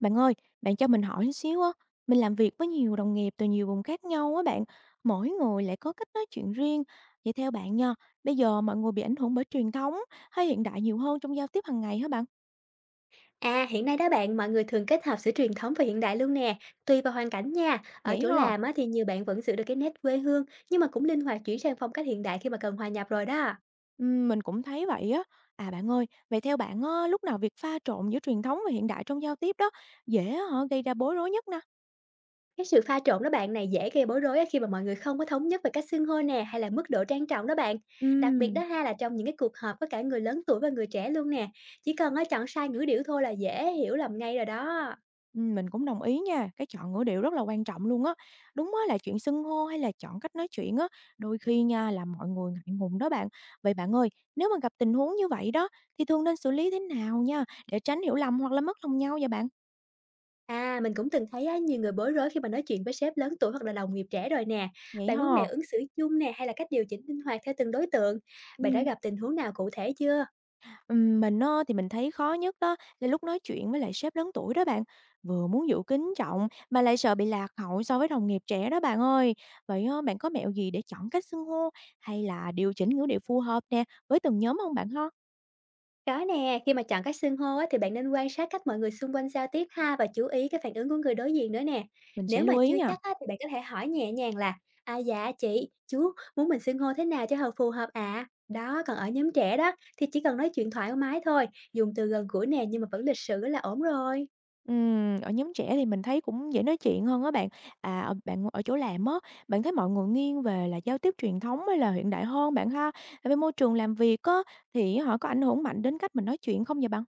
Bạn ơi, bạn cho mình hỏi xíu á, mình làm việc với nhiều đồng nghiệp từ nhiều vùng khác nhau á bạn, mỗi người lại có cách nói chuyện riêng. Vậy theo bạn nha, bây giờ mọi người bị ảnh hưởng bởi truyền thống hay hiện đại nhiều hơn trong giao tiếp hàng ngày hả bạn? À, hiện nay đó bạn, mọi người thường kết hợp giữa truyền thống và hiện đại luôn nè, tùy vào hoàn cảnh nha. Ở Vậy chỗ hả? làm á, thì nhiều bạn vẫn giữ được cái nét quê hương, nhưng mà cũng linh hoạt chuyển sang phong cách hiện đại khi mà cần hòa nhập rồi đó. Mình cũng thấy vậy á. À bạn ơi, vậy theo bạn á, lúc nào việc pha trộn giữa truyền thống và hiện đại trong giao tiếp đó dễ hả gây ra bối rối nhất nè? Cái sự pha trộn đó bạn này dễ gây bối rối á, khi mà mọi người không có thống nhất về cách xưng hô nè, hay là mức độ trang trọng đó bạn. Đặc biệt đó Ừm. ha là trong những cái cuộc họp với cả người lớn tuổi và người trẻ luôn nè. Chỉ cần á, chọn sai ngữ điệu thôi là dễ hiểu lầm ngay rồi đó. Mình cũng đồng ý nha, cái chọn ngữ điệu rất là quan trọng luôn á. Đúng á là chuyện xưng hô hay là chọn cách nói chuyện á, đôi khi nha là mọi người ngại ngùng đó bạn. Vậy bạn ơi, nếu mà gặp tình huống như vậy đó thì thường nên xử lý thế nào nha để tránh hiểu lầm hoặc là mất lòng nhau vậy bạn? À, mình cũng từng thấy á, nhiều người bối rối khi mà nói chuyện với sếp lớn tuổi hoặc là đồng nghiệp trẻ rồi nè. Vậy Bạn muốn mẹo ha? ứng xử chung nè hay là cách điều chỉnh linh hoạt theo từng đối tượng? Bạn đã Ừm. gặp tình huống nào cụ thể chưa? Mình á thì mình thấy khó nhất đó là lúc nói chuyện với lại sếp lớn tuổi đó bạn. Vừa muốn giữ kính trọng mà lại sợ bị lạc hậu so với đồng nghiệp trẻ đó bạn ơi. Vậy á, bạn có mẹo gì để chọn cách xưng hô hay là điều chỉnh ngữ điệu phù hợp nè với từng nhóm không bạn ha? Có nè, khi mà chọn cách xưng hô á, thì bạn nên quan sát cách mọi người xung quanh giao tiếp ha, và chú ý cái phản ứng của người đối diện nữa nè. Mình sẽ Nếu mà lưu ý chưa nha. chắc á, thì bạn có thể hỏi nhẹ nhàng là: À dạ chị, chú muốn mình xưng hô thế nào cho hợp phù hợp ạ? Đó, còn ở nhóm trẻ đó thì chỉ cần nói chuyện thoải mái thôi, dùng từ gần gũi nè, nhưng mà vẫn lịch sự là ổn rồi. Ở nhóm trẻ thì mình thấy cũng dễ nói chuyện hơn á bạn. À, ở, bạn ở chỗ làm á, bạn thấy mọi người nghiêng về là giao tiếp truyền thống hay là hiện đại hơn bạn ha? Ở bên môi trường làm việc á, thì họ có ảnh hưởng mạnh đến cách mình nói chuyện không vậy bạn?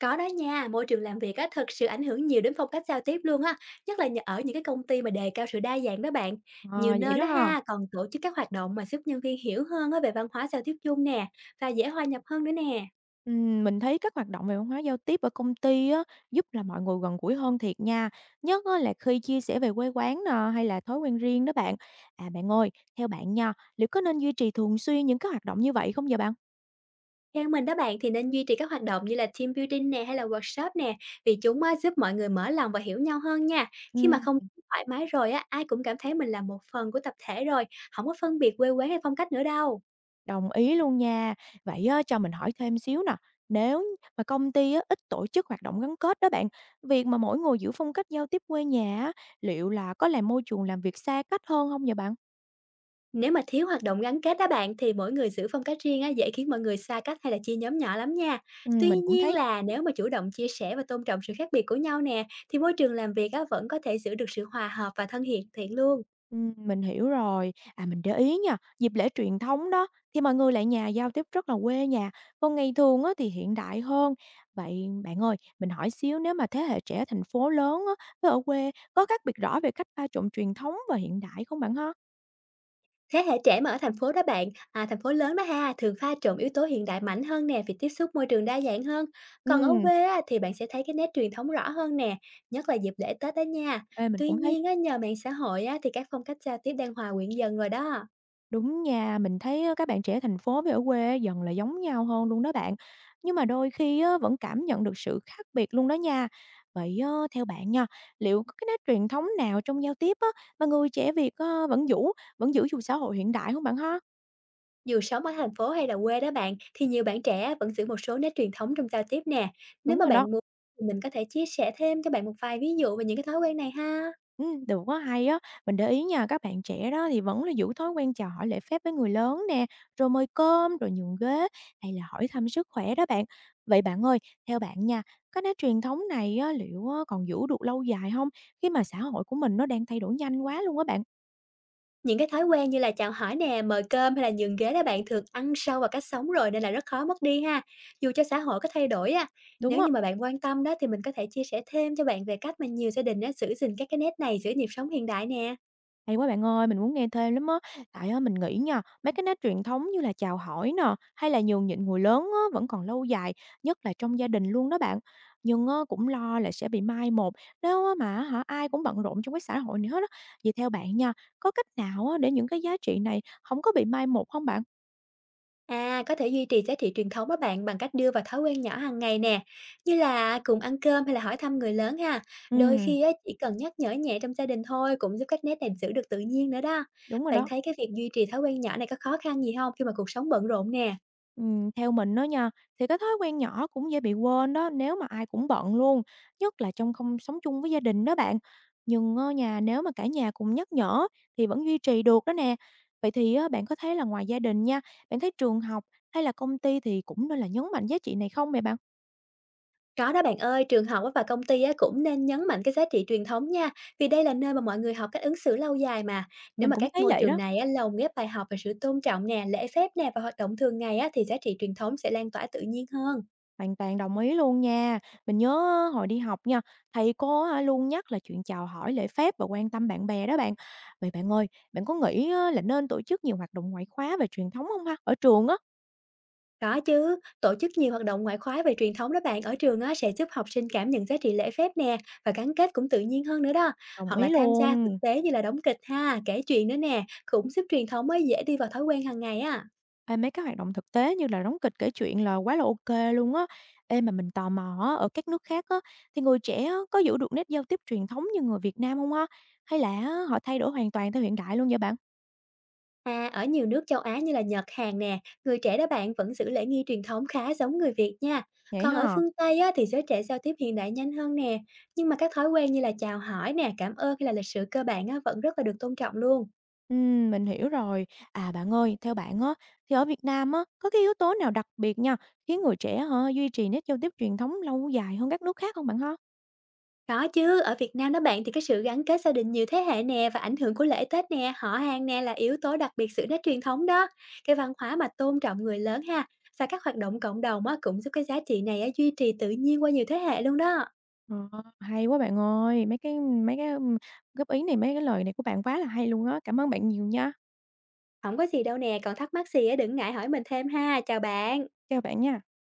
Có đó nha, môi trường làm việc á, thực sự ảnh hưởng nhiều đến phong cách giao tiếp luôn á, nhất là nhờ ở những cái công ty mà đề cao sự đa dạng đó bạn. Ờ, Nhiều vậy nơi đó đó ha. ha, còn tổ chức các hoạt động mà giúp nhân viên hiểu hơn á, về văn hóa giao tiếp chung nè, và dễ hòa nhập hơn nữa nè. Mình thấy các hoạt động về văn hóa giao tiếp ở công ty á, giúp là mọi người gần gũi hơn thiệt nha. Nhất á, là khi chia sẻ về quê quán nè, hay là thói quen riêng đó bạn. À bạn ơi, theo bạn nha, liệu có nên duy trì thường xuyên những cái hoạt động như vậy không vậy bạn? Theo mình đó bạn thì nên duy trì các hoạt động như là team building nè hay là workshop nè, vì chúng á, giúp mọi người mở lòng và hiểu nhau hơn nha. Khi mà Ừm, không thoải mái rồi á, ai cũng cảm thấy mình là một phần của tập thể rồi, không có phân biệt quê quán hay phong cách nữa đâu. đồng ý luôn nha. Vậy á, cho mình hỏi thêm xíu nè. Nếu mà công ty á, ít tổ chức hoạt động gắn kết đó bạn, việc mà mỗi người giữ phong cách giao tiếp quê nhà á, liệu là có làm môi trường làm việc xa cách hơn không vậy bạn? Nếu mà thiếu hoạt động gắn kết đó bạn, thì mỗi người giữ phong cách riêng á, dễ khiến mọi người xa cách hay là chia nhóm nhỏ lắm nha. Tuy Mình cũng nhiên thấy. là nếu mà chủ động chia sẻ và tôn trọng sự khác biệt của nhau nè, thì môi trường làm việc á, vẫn có thể giữ được sự hòa hợp và thân hiện thiện luôn. Mình hiểu rồi. À, mình để ý nha, dịp lễ truyền thống đó thì mọi người lại nhà giao tiếp rất là quê nhà, còn ngày thường á thì hiện đại hơn. Vậy bạn ơi, mình hỏi xíu nếu mà thế hệ trẻ thành phố lớn á với ở quê có khác biệt rõ về cách pha trộn truyền thống và hiện đại không bạn ha? Thế hệ trẻ mà ở thành phố đó bạn, à, thành phố lớn đó ha, thường pha trộn yếu tố hiện đại mạnh hơn nè, vì tiếp xúc môi trường đa dạng hơn. Còn ở Ừ, quê á, thì bạn sẽ thấy cái nét truyền thống rõ hơn nè, nhất là dịp lễ Tết đó nha. mình Tuy cũng thấy. nhiên á, nhờ mạng xã hội á, thì các phong cách giao tiếp đang hòa quyện dần rồi đó. Đúng nha, mình thấy á, các bạn trẻ thành phố với ở quê á, dần là giống nhau hơn luôn đó bạn. Nhưng mà đôi khi á, vẫn cảm nhận được sự khác biệt luôn đó nha. Vậy á, theo bạn nha, liệu có cái nét truyền thống nào trong giao tiếp á, mà người trẻ Việt á, vẫn giữ dù xã hội hiện đại không bạn ha? Dù sống ở thành phố hay là quê đó bạn, thì nhiều bạn trẻ vẫn giữ một số nét truyền thống trong giao tiếp nè. Nếu Đúng mà rồi đó. bạn muốn thì mình có thể chia sẻ thêm cho bạn một vài ví dụ về những cái thói quen này ha. Được á, hay á. Mình để ý nha, các bạn trẻ đó thì vẫn là giữ thói quen chào hỏi lễ phép với người lớn nè, rồi mời cơm, rồi nhường ghế hay là hỏi thăm sức khỏe đó bạn. Vậy bạn ơi, theo bạn nha, cái nét truyền thống này á, liệu á còn giữ được lâu dài không? Khi mà xã hội của mình nó đang thay đổi nhanh quá luôn á bạn, Những cái thói quen như là chào hỏi nè, mời cơm hay là nhường ghế đó bạn, thường ăn sâu vào cách sống rồi nên là rất khó mất đi ha. Dù cho xã hội có thay đổi á, đúng nếu như không? mà bạn quan tâm đó thì mình có thể chia sẻ thêm cho bạn về cách mà nhiều gia đình á giữ gìn các cái nét này giữa nhịp sống hiện đại nè. Hay quá bạn ơi, mình muốn nghe thêm lắm á. Tại á, mình nghĩ nha, mấy cái nét truyền thống như là chào hỏi nè, hay là nhường nhịn người lớn á, vẫn còn lâu dài, nhất là trong gia đình luôn đó bạn. Nhưng á, cũng lo là sẽ bị mai một nếu á mà hả ai cũng bận rộn trong cái xã hội này hết á. Vậy theo bạn nha, có cách nào á, để những cái giá trị này không có bị mai một không bạn? À, có thể duy trì giá trị truyền thống á bạn, bằng cách đưa vào thói quen nhỏ hàng ngày nè, như là cùng ăn cơm hay là hỏi thăm người lớn ha. Ừ, Đôi khi á, chỉ cần nhắc nhở nhẹ trong gia đình thôi cũng giúp các nét này giữ được tự nhiên nữa đó. đúng rồi Bạn đó. thấy cái việc duy trì thói quen nhỏ này có khó khăn gì không khi mà cuộc sống bận rộn nè? Theo mình á nha, thì cái thói quen nhỏ cũng dễ bị quên đó nếu mà ai cũng bận luôn, nhất là trong không sống chung với gia đình đó bạn. Nhưng á nha, nếu mà cả nhà cùng nhắc nhở thì vẫn duy trì được đó nè. Vậy thì á, bạn có thấy là ngoài gia đình nha, bạn thấy trường học hay là công ty thì cũng nên là nhấn mạnh giá trị này không vậy bạn? Có đó bạn ơi, trường học á và công ty á cũng nên nhấn mạnh cái giá trị truyền thống nha, vì đây là nơi mà mọi người học cách ứng xử lâu dài mà. Nếu Mình mà cũng các thấy môi vậy trường đó. này á, lồng ghép bài học về sự tôn trọng nè, lễ phép nè và hoạt động thường ngày á, thì giá trị truyền thống sẽ lan tỏa tự nhiên hơn. Hoàn toàn đồng ý luôn nha. Mình nhớ á, hồi đi học nha, thầy cô á luôn nhắc là chuyện chào hỏi lễ phép và quan tâm bạn bè đó bạn. Vậy bạn ơi, bạn có nghĩ á, là nên tổ chức nhiều hoạt động ngoại khóa về truyền thống không ha? Ở trường á, Có chứ, tổ chức nhiều hoạt động ngoại khóa về truyền thống đó bạn, ở trường á, sẽ giúp học sinh cảm nhận giá trị lễ phép nè, và gắn kết cũng tự nhiên hơn nữa đó. đồng Hoặc ý là tham gia thực luôn. tế như là đóng kịch ha, kể chuyện nữa nè, cũng giúp truyền thống mới dễ đi vào thói quen hàng ngày á. Ê, mấy hoạt động thực tế như là đóng kịch kể chuyện là quá là ok luôn á. Ê mà mình tò mò á, ở các nước khác á, thì người trẻ á, có giữ được nét giao tiếp truyền thống như người Việt Nam không ha? Hay là á, họ thay đổi hoàn toàn theo hiện đại luôn vậy bạn? À, ở nhiều nước châu Á như là Nhật, Hàn nè, người trẻ đó bạn vẫn giữ lễ nghi truyền thống khá giống người Việt nha. Vậy Còn ở hả? phương Tây á, thì giới trẻ giao tiếp hiện đại nhanh hơn nè, nhưng mà các thói quen như là chào hỏi nè, cảm ơn hay là lịch sự cơ bản á, vẫn rất là được tôn trọng luôn. Mình hiểu rồi. À, bạn ơi, theo bạn á, thì ở Việt Nam á, có cái yếu tố nào đặc biệt nha, khiến người trẻ hả, duy trì nét giao tiếp truyền thống lâu dài hơn các nước khác không bạn ha? Có chứ, ở Việt Nam đó bạn, thì cái sự gắn kết gia đình nhiều thế hệ nè và ảnh hưởng của lễ Tết nè, họ hàng nè là yếu tố đặc biệt sự nét truyền thống đó. Cái văn hóa mà tôn trọng người lớn ha và các hoạt động cộng đồng á, cũng giúp cái giá trị này á, duy trì tự nhiên qua nhiều thế hệ luôn đó. Ờ, hay quá bạn ơi, mấy cái góp ý này, mấy cái lời này của bạn quá là hay luôn á. Cảm ơn bạn nhiều nha. Không có gì đâu nè, còn thắc mắc gì á, đừng ngại hỏi mình thêm ha. Chào bạn. Chào bạn nha.